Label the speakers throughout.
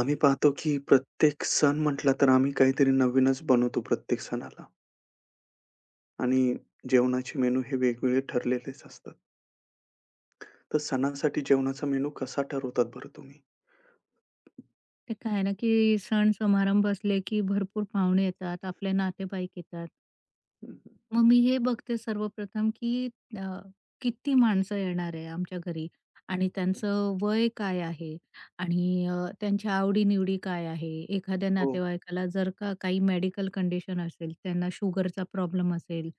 Speaker 1: आम्ही पाहतो की प्रत्येक सण म्हटला तर आम्ही काहीतरी नवीनच बनवतो प्रत्येक सणाला आणि जेवणाचे मेनू हे वेगवेगळे ठरलेलेच असतात. तर सणांसाठी जेवणाचा मेनू कसा ठरवतात बरं तुम्ही?
Speaker 2: ते काय आहे ना, की सण समारंभ असले, की भरपूर पाहुणे येतात, आपले नातेवाईक येतात.
Speaker 1: हं,
Speaker 2: मग मी हे बघते सर्वप्रथम, की अ, किती माणसं येणार आहे आमच्या घरी आणि त्यांचं वय काय आहे आणि त्यांच्या आवडी-निवडी काय आहे. एखाद्या
Speaker 1: हो.
Speaker 2: नातेवाईकाला जर का काही मेडिकल कंडिशन असेल, त्यांना शुगरचा प्रॉब्लेम असेल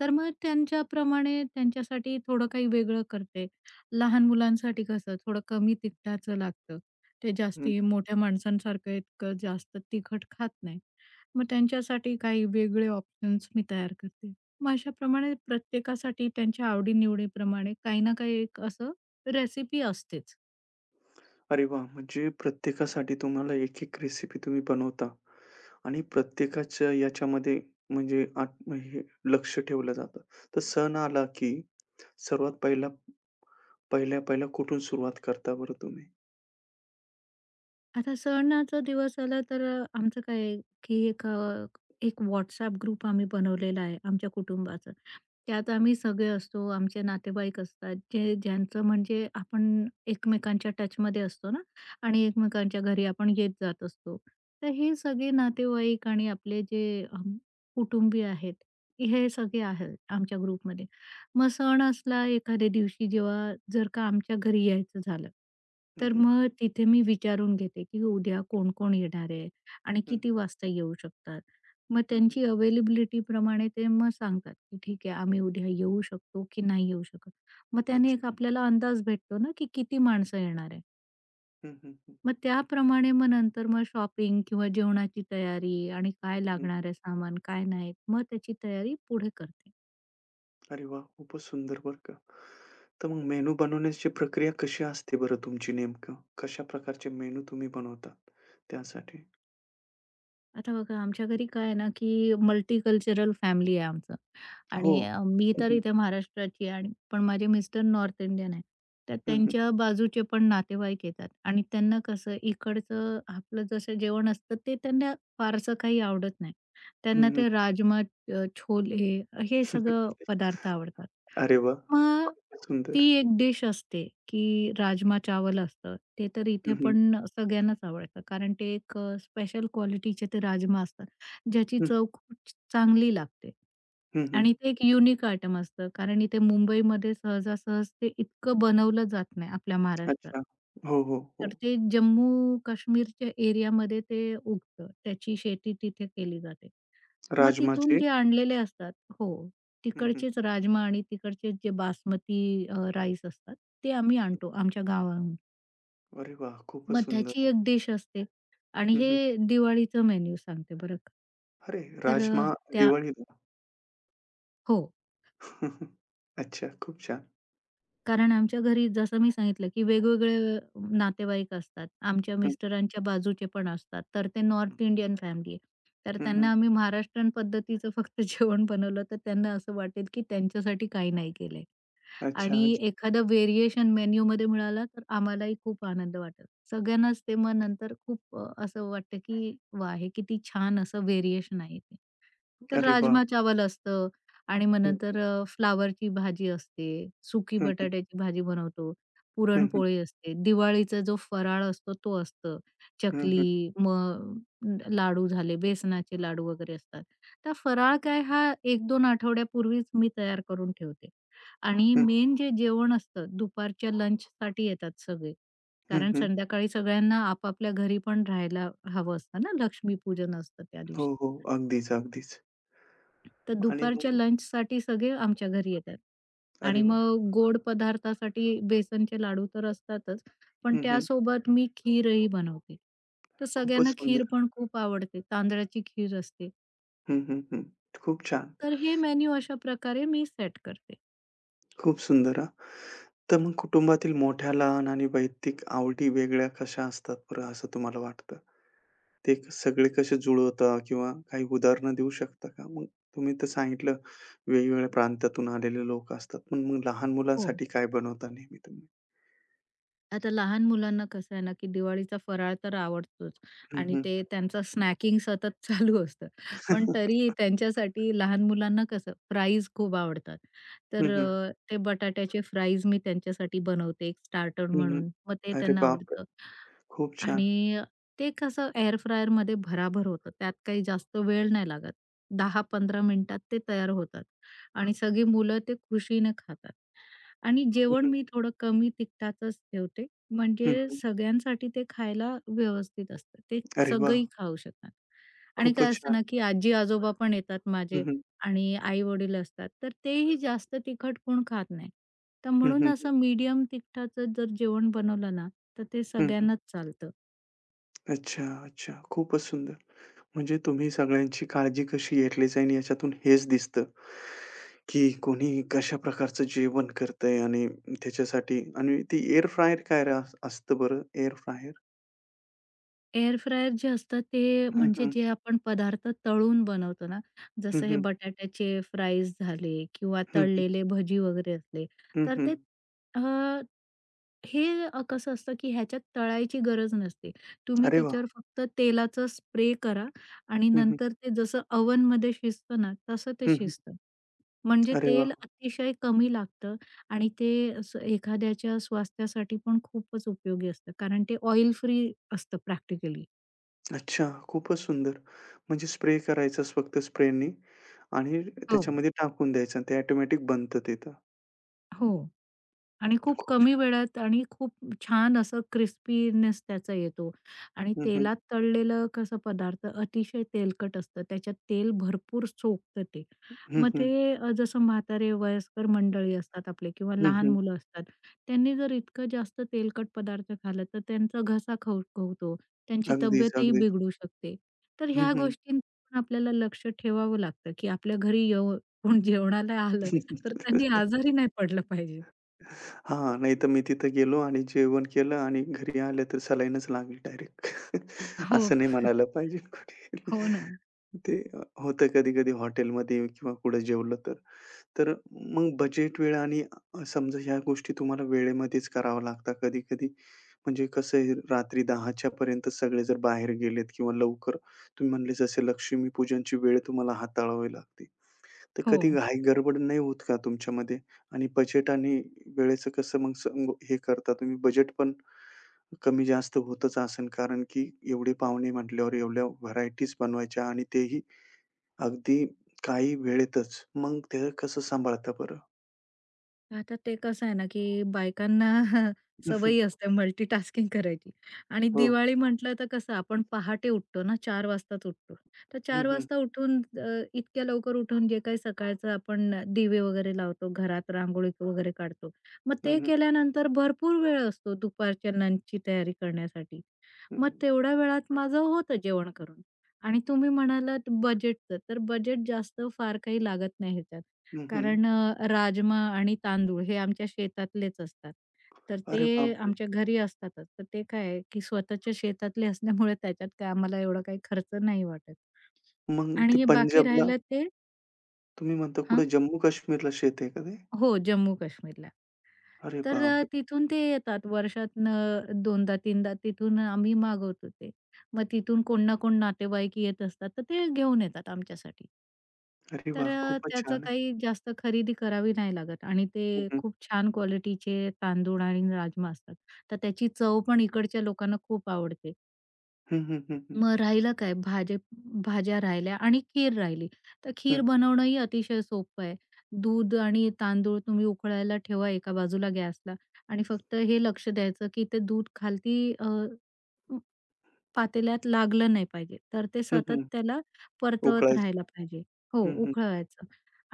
Speaker 2: तर मग त्यांच्याप्रमाणे त्यांच्यासाठी थोडं काही वेगळं करते. लहान मुलांसाठी कसं थोडं कमी तिखटाचं लागतं. ते
Speaker 1: हं.
Speaker 2: जास्ती मोठ्या माणसांसारखं इतकं जास्त तिखट खात नाही. मग त्यांच्यासाठी काही वेगळे ऑप्शन्स मी तयार करते. मग अशाप्रमाणे प्रत्येकासाठी त्यांच्या आवडी काही ना काही एक असं रेसिपी असतेच.
Speaker 1: अरे वाह! म्हणजे प्रत्येकासाठी तुम्हाला एक-एक रेसिपी तुम्ही बनवता आणि प्रत्येकाच्या याच्यामध्ये म्हणजे आत हे लक्ष ठेवलं जातं. तर सण आला की सर्वात पहिला पहिल्या-पहिल्या कुठून सुरुवात करता बरं तुम्ही?
Speaker 2: आता सणाचा दिवस आला तर आमचं काय आहे, की एक WhatsApp ग्रुप आम्ही बनवलेला आहे आमच्या कुटुंबाचा. त्यात आम्ही सगळे असतो, आमचे नातेवाईक असतात, जे ज्यांचं म्हणजे आपण एकमेकांच्या टचमध्ये असतो ना आणि एकमेकांच्या घरी आपण येत जात असतो. तर हे सगळे नातेवाईक आणि आपले जे कुटुंबीय आहेत, हे सगळे आहेत आमच्या ग्रुपमध्ये. मग सण असला एखाद्या दिवशी जेव्हा जर का आमच्या घरी यायचं झालं,
Speaker 1: हं,
Speaker 2: तर
Speaker 1: हं.
Speaker 2: मग तिथे मी विचारून घेते, की उद्या कोण-कोण येणार आहे आणि
Speaker 1: हं,
Speaker 2: किती वाजता येऊ शकतात. मग
Speaker 1: हं, हं.
Speaker 2: त्यांची अवेलेबिलिटी प्रमाणे ते मग सांगतात, की "ठीक आहे, आम्ही उद्या येऊ शकतो की नाही येऊ शकत." मग त्याने एक
Speaker 1: अच्छा.
Speaker 2: आपल्याला अंदाज भेटतो ना, की किती माणसं येणार आहे.
Speaker 1: हं, हं.
Speaker 2: मग त्याप्रमाणे मग नंतर मग शॉपिंग किंवा जेवणाची तयारी आणि काय
Speaker 1: हं.
Speaker 2: लागणार आहे सामान, काय नाही, मग त्याची तयारी पुढे करते.
Speaker 1: अरे वाह! खूपच सुंदर बरं का. तर मग मेनू बनवण्याची प्रक्रिया कशी असते बरं तुमची नेमकं? कशा प्रकारचे मेनू तुम्ही बनवता त्यासाठी?
Speaker 2: आता बघा आमच्या घरी काय आहे ना, की मल्टीकल्चरल फॅमिली आहे आमचं.
Speaker 1: हो.
Speaker 2: आणि मी
Speaker 1: हं,
Speaker 2: तर
Speaker 1: हं.
Speaker 2: इथे महाराष्ट्राची आहे आणि पण माझे मिस्टर नॉर्थ इंडियन आहे. तर
Speaker 1: हं, हं.
Speaker 2: त्यांच्या बाजूचे पण नातेवाईक येतात आणि त्यांना कसं इकडचं आपलं जसं जेवण असतं ते त्यांना फारसं काही आवडत नाही.
Speaker 1: हं,
Speaker 2: त्यांना
Speaker 1: हं.
Speaker 2: ते राजमा, छोले हे सगळं पदार्थ आवडतात.
Speaker 1: अरे वाह!
Speaker 2: मग
Speaker 1: खूपच
Speaker 2: ती
Speaker 1: सुंदर.
Speaker 2: एक डिश असते की राजमा चावल असतं. ते तर इथे
Speaker 1: हं, हं.
Speaker 2: पण सगळ्यांनाच आवडतं कारण ते एक स्पेशल क्वालिटीचे ते राजमा असतात. ज्याची
Speaker 1: हं,
Speaker 2: चव खूप चांगली लागते.
Speaker 1: हं, हं.
Speaker 2: आणि ते एक युनिक आयटम असतं, कारण इथे मुंबईमध्ये सहजासहज ते इतकं बनवलं जात नाही आपल्या महाराष्ट्रात.
Speaker 1: अच्छा. हो, हो,
Speaker 2: तर
Speaker 1: हो.
Speaker 2: ते जम्मू काश्मीरच्या एरियामध्ये ते उगतं. त्याची शेती तिथे केली जाते. मग तिथून
Speaker 1: राजमाचे
Speaker 2: जे आणलेले असतात हो,
Speaker 1: हं, हं.
Speaker 2: तिकडचेच राजमा आणि तिकडचे जे बासमती राईस असतात, ते आम्ही आणतो आमच्या गावाहून.
Speaker 1: अरे वाह! खूपच
Speaker 2: मग त्याची
Speaker 1: सुंदर.
Speaker 2: एक डिश असते आणि
Speaker 1: हं, हं.
Speaker 2: हे दिवाळीचं मेन्यू सांगते बरं का.
Speaker 1: अरे
Speaker 2: तर अ,
Speaker 1: राजमा
Speaker 2: त्या
Speaker 1: दिवाळीला.
Speaker 2: हो.
Speaker 1: अच्छा. खूप छान.
Speaker 2: कारण आमच्या घरी जसं मी सांगितलं, की वेगवेगळे नातेवाईक असतात. आमच्या
Speaker 1: हं,
Speaker 2: मिस्टरांच्या बाजूचे पण असतात. तर ते नॉर्थ इंडियन फॅमिली आहे. तर
Speaker 1: हं, हं.
Speaker 2: त्यांना आम्ही महाराष्ट्रीयन पद्धतीचं फक्त जेवण बनवलं, तर त्यांना असं वाटेल, की त्यांच्यासाठी काही नाही केलंय.
Speaker 1: अच्छा,
Speaker 2: आणि
Speaker 1: अच्छा.
Speaker 2: एखादं व्हेरिएशन मेनूमध्ये मिळाला, तर आम्हालाही खूप आनंद वाटेल. सगळ्यांनाच ते मग नंतर खूप असं वाटतं, की वाह! हे किती छान असं व्हेरिएशन आहे ते. तर
Speaker 1: अरे वाह!
Speaker 2: राजमा चावल असतं आणि मग
Speaker 1: हं,
Speaker 2: नंतर फ्लॉवरची भाजी असते, सुकी
Speaker 1: हं, हं.
Speaker 2: बटाट्याची भाजी बनवतो,
Speaker 1: हं, हं.
Speaker 2: पुरणपोळी असते, दिवाळीचा जो फराळ असतो तो असतं,
Speaker 1: हं, हं. हं.
Speaker 2: चकली, मग लाडू झाले, बेसनाचे लाडू वगैरे असतात. तर फराळ काय हा 1-2 आठवड्यापूर्वीच मी तयार करून ठेवते. आणि मेन जे जेवण असतं दुपारच्या लंचसाठी येतात सगळे.
Speaker 1: हं,
Speaker 2: कारण
Speaker 1: हं.
Speaker 2: संध्याकाळी सगळ्यांना आपापल्या घरी पण राहायला हवं असतं ना, लक्ष्मीपूजन असतं त्या
Speaker 1: हो,
Speaker 2: दिवशी.
Speaker 1: हो. अगदीच, अगदीच.
Speaker 2: तर
Speaker 1: आणि
Speaker 2: दुपारच्या
Speaker 1: मग
Speaker 2: लंचसाठी सगळे आमच्या घरी येतात
Speaker 1: अरे
Speaker 2: आणि
Speaker 1: वाह!
Speaker 2: मग गोड पदार्थासाठी बेसनचे लाडू तर असतातच, पण
Speaker 1: हं, हं.
Speaker 2: त्यासोबत मी खीरही बनवते. तर
Speaker 1: खूपच
Speaker 2: सगळ्यांना खीर
Speaker 1: सुंदर.
Speaker 2: पण खूप आवडते, तांदळाची खीर असते.
Speaker 1: हं, हं, हं. खूप छान.
Speaker 2: तर हे मेन्यू अशा प्रकारे मी सेट करते.
Speaker 1: खूप सुंदर हां. तर मग कुटुंबातील मोठ्या, लहान आणि वैयक्तिक आवडी वेगळ्या कशा असतात बरं असं तुम्हाला वाटतं? ते सगळे कसे जुळवता किंवा काही उदाहरणं देऊ शकता का? मग तुम्ही तर सांगितलं वेगवेगळ्या प्रांतातून आलेले लोक असतात. पण मग लहान
Speaker 2: हो.
Speaker 1: मुलांसाठी काय बनवता नेहमी तुम्ही?
Speaker 2: आता लहान मुलांना कसं आहे ना, की दिवाळीचा फराळ तर आवडतोच
Speaker 1: हं,
Speaker 2: आणि
Speaker 1: हं.
Speaker 2: ते त्यांचं स्नॅकिंग सतत चालू असतं. पण तरी त्यांच्यासाठी लहान मुलांना कसं फ्राईज खूप आवडतात. तर
Speaker 1: हं, हं.
Speaker 2: ते बटाट्याचे फ्राईज मी त्यांच्यासाठी बनवते एक स्टार्टर
Speaker 1: हं, हं.
Speaker 2: म्हणून. मग ते
Speaker 1: अरे
Speaker 2: त्यांना
Speaker 1: बापरे!
Speaker 2: आवडतं.
Speaker 1: खूप छान.
Speaker 2: आणि ते कसं एअर फ्रायरमध्ये भराभर होतं. त्यात काही जास्त वेळ नाही लागत. 10-15 मिनिटात ते तयार होतात आणि सगळी मुलं ते खुशीने खातात. आणि
Speaker 1: हं,
Speaker 2: जेवण
Speaker 1: हं.
Speaker 2: मी थोडं कमी तिखटाचंच ठेवते,
Speaker 1: हं,
Speaker 2: म्हणजे
Speaker 1: हं.
Speaker 2: सगळ्यांसाठी ते खायला व्यवस्थित असतं. ते
Speaker 1: अरे वाह!
Speaker 2: सगळी खाऊ शकतात. आणि काय
Speaker 1: खूपच
Speaker 2: असतं
Speaker 1: छान.
Speaker 2: ना, की आजी-आजोबा पण येतात
Speaker 1: हं,
Speaker 2: माझे
Speaker 1: हं.
Speaker 2: आणि आई-वडील असतात, तर तेही जास्त तिखट कोण खात नाही. तर
Speaker 1: हं,
Speaker 2: म्हणून
Speaker 1: हं, हं.
Speaker 2: असं मीडियम तिखटाचं जर जेवण बनवलं ना, तर ते
Speaker 1: हं, हं.
Speaker 2: सगळ्यांनाच चालतं.
Speaker 1: अच्छा, अच्छा. खूपच सुंदर. म्हणजे तुम्ही सगळ्यांची काळजी कशी घेतली जाईल याच्यातून हेच दिसतं, की कोणी कशा प्रकारचं जेवण करतंय आणि त्याच्यासाठी आणि ती एअर फ्रायर काय रा असतं बरं एअर फ्रायर?
Speaker 2: एअर फ्रायर जे असतात ते
Speaker 1: हं,
Speaker 2: म्हणजे
Speaker 1: हं.
Speaker 2: जे आपण पदार्थ तळून बनवतो ना,
Speaker 1: हं,
Speaker 2: जसं हे
Speaker 1: हं.
Speaker 2: बटाट्याचे फ्राईज झाले किंवा
Speaker 1: हं, हं.
Speaker 2: तळलेले भजी वगैरे असले,
Speaker 1: हं,
Speaker 2: तर
Speaker 1: हं.
Speaker 2: ते अ, हे अ, कसं असतं की ह्याच्यात तळायची गरज नसते. तुम्ही
Speaker 1: अरे वाह!
Speaker 2: त्याच्यावर फक्त तेलाचा स्प्रे करा आणि
Speaker 1: हं, हं.
Speaker 2: नंतर ते जसं ओव्हनमध्ये शिजतं ना, तसं ते
Speaker 1: हं, हं.
Speaker 2: शिजतं. म्हणजे
Speaker 1: अरे वाह!
Speaker 2: तेल अतिशय कमी लागतं आणि ते असं एखाद्याच्या स्वास्थ्यासाठी पण खूपच उपयोगी असतं कारण ते ऑइल फ्री असतं प्रॅक्टिकली.
Speaker 1: अच्छा, खूपच सुंदर. म्हणजे स्प्रे करायचाच फक्त स्प्रेनी आणि
Speaker 2: हो,
Speaker 1: त्याच्यामध्ये टाकून द्यायचं आणि ते ऑटोमॅटिक बनतं तिथं.
Speaker 2: हो. आणि खूप
Speaker 1: खूप
Speaker 2: कमी
Speaker 1: छान.
Speaker 2: वेळात आणि खूप छान असं क्रिस्पीनेस त्याचा येतो आणि
Speaker 1: हं, हं.
Speaker 2: तेलात तळलेलं कसं पदार्थ अतिशय तेलकट असतं. त्याच्यात तेल भरपूर सोकतं ते.
Speaker 1: हं,
Speaker 2: मग
Speaker 1: हं.
Speaker 2: ते जसं म्हातारे वयस्कर मंडळी असतात आपले किंवा
Speaker 1: हं,
Speaker 2: लहान
Speaker 1: हं.
Speaker 2: मुलं असतात, त्यांनी जर इतकं जास्त तेलकट पदार्थ खाल्ला तर त्यांचा घसा खवखवतो, त्यांची
Speaker 1: अगदीच,
Speaker 2: तब्येतही
Speaker 1: अगदीच.
Speaker 2: बिघडू शकते. तर
Speaker 1: हं,
Speaker 2: ह्या
Speaker 1: हं.
Speaker 2: गोष्टींवर पण आपल्याला लक्ष ठेवावं लागतं, की आपल्या घरी येऊ कोण जेवणाला आलं तर त्यांनी आजारी नाही पडलं पाहिजे.
Speaker 1: हां, नाहीतर मी तिथं गेलो आणि जेवण केलं आणि घरी आलं तर सलाईनच लागली डायरेक्ट.
Speaker 2: हो.
Speaker 1: असं नाही म्हणायला पाहिजे कुठे.
Speaker 2: हो ना.
Speaker 1: ते होतं कधी-कधी हॉटेलमध्ये किंवा कुठे जेवलं तर. तर मग बजेट वेळ आणि समजा ह्या गोष्टी तुम्हाला वेळेमध्येच कराव्या लागतात कधी-कधी. म्हणजे कसं आहे रात्री 10:00च्या पर्यंत सगळे जर बाहेर गेलेत किंवा लवकर तुम्ही म्हणले जसे लक्ष्मीपूजनची वेळ तुम्हाला हाताळावी लागते. तर
Speaker 2: हो.
Speaker 1: कधी घाई गडबड नाही होत का तुमच्यामध्ये? आणि बजेट आणि वेळेचं कसं मग स हे करता तुम्ही? बजेट पण कमी जास्त होतच असेल कारण की एवढे पाहुणे म्हटल्यावर एवढ्या व्हरायटीज बनवायच्या आणि तेही अगदी काही वेळेतच. मग ते कसं सांभाळता बरं?
Speaker 2: आता ते कसं आहे ना, की बायकांना सवयी असते मल्टीटास्किंग करायची आणि
Speaker 1: हो.
Speaker 2: दिवाळी म्हटलं तर कसं आपण पहाटे उठतो ना, 4 वाजताच उठतो. तर
Speaker 1: हं,
Speaker 2: 4
Speaker 1: हं.
Speaker 2: वाजता उठून इतक्या लवकर उठून जे काही सकाळचं आपण दिवे वगैरे लावतो, घरात रांगोळी वगैरे काढतो. मग ते
Speaker 1: हं, हं.
Speaker 2: केल्यानंतर भरपूर वेळ असतो दुपारच्या लंचची तयारी करण्यासाठी.
Speaker 1: हं,
Speaker 2: मग
Speaker 1: हं.
Speaker 2: तेवढ्या वेळात माझं होतं जेवण करून आणि तुम्ही म्हणालात बजेटचं, तर बजेट जास्त फार काही लागत नाही कारण राजमा आणि तांदूळ हे आमच्या शेतातलेच असतात. तर
Speaker 1: अरे
Speaker 2: ते
Speaker 1: बापरे!
Speaker 2: आमच्या घरी असतातच. तर ते काय आहे, की स्वतःच्या शेतातले असल्यामुळे त्याच्यात काय आम्हाला एवढा काही खर्च नाही वाटत.
Speaker 1: मग ते
Speaker 2: आणि बाकी
Speaker 1: पंजाबला
Speaker 2: राहिलं ते
Speaker 1: तुम्ही म्हणता
Speaker 2: हां.
Speaker 1: कुठे जम्मू काश्मीरला शेत आहे का ते?
Speaker 2: हो, जम्मू-काश्मीरला.
Speaker 1: अरे
Speaker 2: तर
Speaker 1: बापरे!
Speaker 2: तिथून ते येतात वर्षातनं 2दा-3दा तिथून आम्ही मागवतो ते. मग तिथून कोण ना कोण नातेवाईक येत असतात, तर ते घेऊन येतात आमच्यासाठी.
Speaker 1: अरे
Speaker 2: तर
Speaker 1: वाह! खूपच
Speaker 2: त्याचं
Speaker 1: छान आहे.
Speaker 2: काही जास्त खरेदी करावी नाही लागत आणि ते
Speaker 1: हं, हं.
Speaker 2: खूप छान क्वालिटीचे तांदूळ आणि राजमा असतात. तर त्याची चव पण इकडच्या लोकांना खूप आवडते.
Speaker 1: हं, हं, हं, हं.
Speaker 2: मग राहिलं काय भाज्या भाज्या राहिल्या आणि खीर राहिली. तर खीर
Speaker 1: हं.
Speaker 2: बनवणंही अतिशय सोपं आहे. दूध आणि तांदूळ तुम्ही उकळायला ठेवा एका बाजूला गॅसला आणि फक्त हे लक्ष द्यायचं, की ते दूध खालती पातेल्यात लागलं नाही पाहिजे. तर ते सतत
Speaker 1: हं,
Speaker 2: त्याला परतवत
Speaker 1: उकळायची.
Speaker 2: राहायला पाहिजे. हो,
Speaker 1: हं, हं,
Speaker 2: उकळवायचं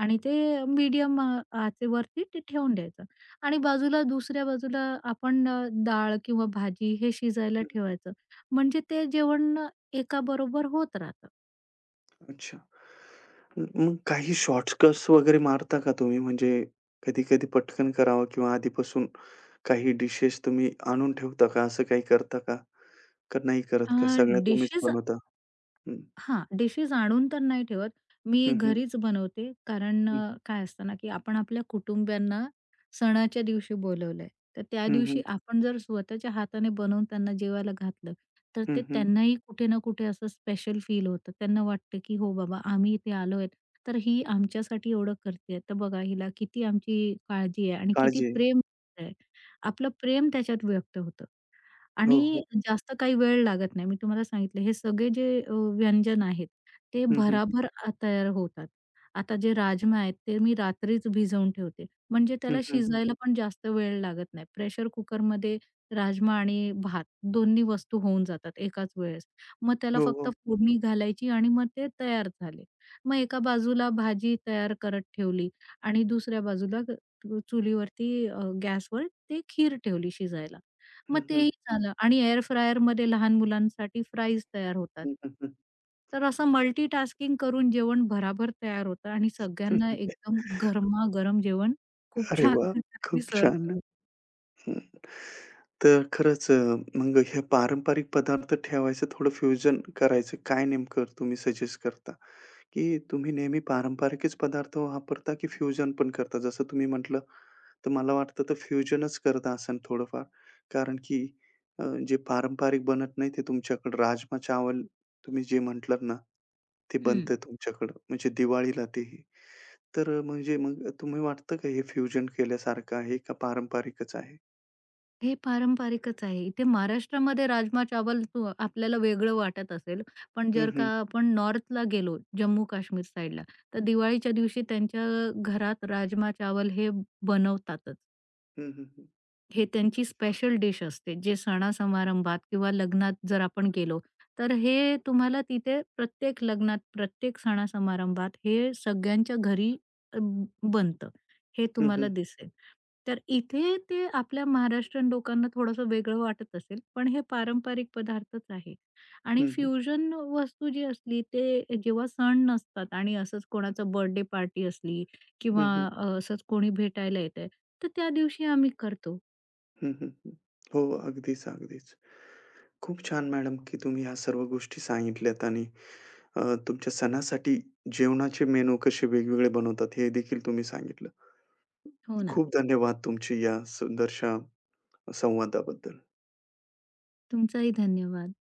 Speaker 2: आणि ते मीडियम आचेवरती ते ठेवून द्यायचं आणि बाजूला दुसऱ्या बाजूला आपण डाळ किंवा भाजी हे शिजायला
Speaker 1: हं.
Speaker 2: ठेवायचं. म्हणजे ते जेवण एकाबरोबर होत राहतं.
Speaker 1: अच्छा. मग काही शॉर्टकट्स वगैरे मारता का तुम्ही? म्हणजे कधी-कधी पटकन करावं किंवा आधीपासून काही डिशेस तुम्ही आणून ठेवता का? असं काही करता का? का नाही करत का? सगळ्या तुम्हीच
Speaker 2: डिशेस
Speaker 1: बनवता? हं,
Speaker 2: हां, डिशेस आणून तर नाही ठेवत. मी
Speaker 1: हं, हं,
Speaker 2: घरीच बनवते कारण
Speaker 1: हं,
Speaker 2: काय असतं ना, की आपण आपल्या कुटुंबियांना सणाच्या दिवशी बोलवलंय. तर त्या
Speaker 1: हं,
Speaker 2: दिवशी
Speaker 1: हं,
Speaker 2: आपण जर स्वतःच्या हाताने बनवून त्यांना जेवायला घातलं, तर
Speaker 1: हं,
Speaker 2: ते
Speaker 1: हं.
Speaker 2: त्यांनाही कुठे ना कुठे असं स्पेशल फील होतं. त्यांना वाटतं, की "हो बाबा, आम्ही इथे आलोय, तर ही आमच्यासाठी एवढं करतेय. तर बघा हिला किती आमची काळजी आहे आणि किती
Speaker 1: काळजी आहे.
Speaker 2: प्रेम आहे." आपलं प्रेम त्याच्यात व्यक्त होतं.
Speaker 1: हो,
Speaker 2: आणि
Speaker 1: हो.
Speaker 2: जास्त काही वेळ लागत नाही. मी तुम्हाला सांगितलं हे सगळे जे व्यंजन आहेत ते
Speaker 1: हं, हं,
Speaker 2: भराभर तयार होतात. आता जे राजमा आहेत ते मी रात्रीच भिजवून ठेवते. म्हणजे
Speaker 1: हं,
Speaker 2: त्याला
Speaker 1: हं.
Speaker 2: शिजायला पण जास्त वेळ लागत नाही. प्रेशर कुकरमध्ये राजमा आणि भात दोन्ही वस्तू होऊन जातात एकाच वेळेस. मग त्याला
Speaker 1: हो,
Speaker 2: फक्त
Speaker 1: हो.
Speaker 2: फोडणी घालायची आणि मग ते तयार झाले. मग एका बाजूला भाजी तयार करत ठेवली आणि दुसऱ्या बाजूला चुलीवरती गॅसवर ते खीर ठेवली शिजायला. मग
Speaker 1: हं, हं,
Speaker 2: तेही झालं आणि एअर फ्रायरमध्ये लहान मुलांसाठी फ्राईज तयार होतात.
Speaker 1: हं, हं, हं.
Speaker 2: तर असं मल्टीटास्किंग करून जेवण भराभर तयार होतं आणि सगळ्यांना एकदम गरमागरम जेवण खूप
Speaker 1: अरे
Speaker 2: छान
Speaker 1: वाह!
Speaker 2: प्रकारे मी
Speaker 1: खूप
Speaker 2: सर्व्ह
Speaker 1: छान.
Speaker 2: केलं.
Speaker 1: हं. तर खरंच मग हे पारंपरिक पदार्थ ठेवायचं थोडं फ्युजन करायचं काय नेमकं तुम्ही सजेस्ट करता? की तुम्ही नेहमी पारंपरिकच पदार्थ वापरता की फ्युजन पण करता? जसं तुम्ही म्हटलं, तर मला वाटतं तर फ्युजनच करता असेल थोडंफार. कारण की अ, जे पारंपरिक बनत नाही ते तुमच्याकडं राजमा चावल तुम्ही जे म्हटलात ना, ते
Speaker 2: हं.
Speaker 1: बनतं तुमच्याकडं म्हणजे दिवाळीला तेही. तर म्हणजे मग तुम्ही वाटतं का हे फ्युजन केल्यासारखं आहे का पारंपरिकच आहे?
Speaker 2: हे पारंपरिकच आहे. इथे महाराष्ट्रामध्ये राजमा चावल तू आपल्याला वेगळं वाटत असेल, पण
Speaker 1: हं,
Speaker 2: जर का
Speaker 1: हं.
Speaker 2: आपण नॉर्थला गेलो, जम्मू-काश्मीर साइडला, तर दिवाळीच्या दिवशी त्यांच्या घरात राजमा चावल हे बनवतातच.
Speaker 1: हं, हं, हं.
Speaker 2: हे त्यांची स्पेशल डिश असते, जे सणा-समारंभात किंवा लग्नात जर आपण गेलो, तर हे तुम्हाला तिथे प्रत्येक लग्नात, प्रत्येक सणा-समारंभात हे सगळ्यांच्या घरी अ, बनतं. हे
Speaker 1: हं, हं.
Speaker 2: तुम्हाला दिसेल. तर इथे ते आपल्या महाराष्ट्रीयन लोकांना थोडंसं वेगळं वाटत असेल, पण हे पारंपरिक पदार्थच आहे. आणि
Speaker 1: हं, हं.
Speaker 2: फ्युजन वस्तू जी असली, ते जेव्हा सण नसतात आणि असंच कोणाचा बर्थडे पार्टी असली
Speaker 1: हं,
Speaker 2: किंवा
Speaker 1: हं.
Speaker 2: असंच कोणी भेटायला येतंय, तर त्या दिवशी आम्ही करतो.
Speaker 1: हं, हं, हं. हो, अगदीच, अगदीच. खूप छान मॅडम, की तुम्ही ह्या सर्व गोष्टी सांगितल्यात आणि अ, तुमच्या सणासाठी जेवणाचे मेनू कसे वेगवेगळे बनवतात हे देखील तुम्ही सांगितलं.
Speaker 2: हो ना.
Speaker 1: खूप धन्यवाद तुमची या सुंदरशा संवादाबद्दल.
Speaker 2: तुमचाही धन्यवाद.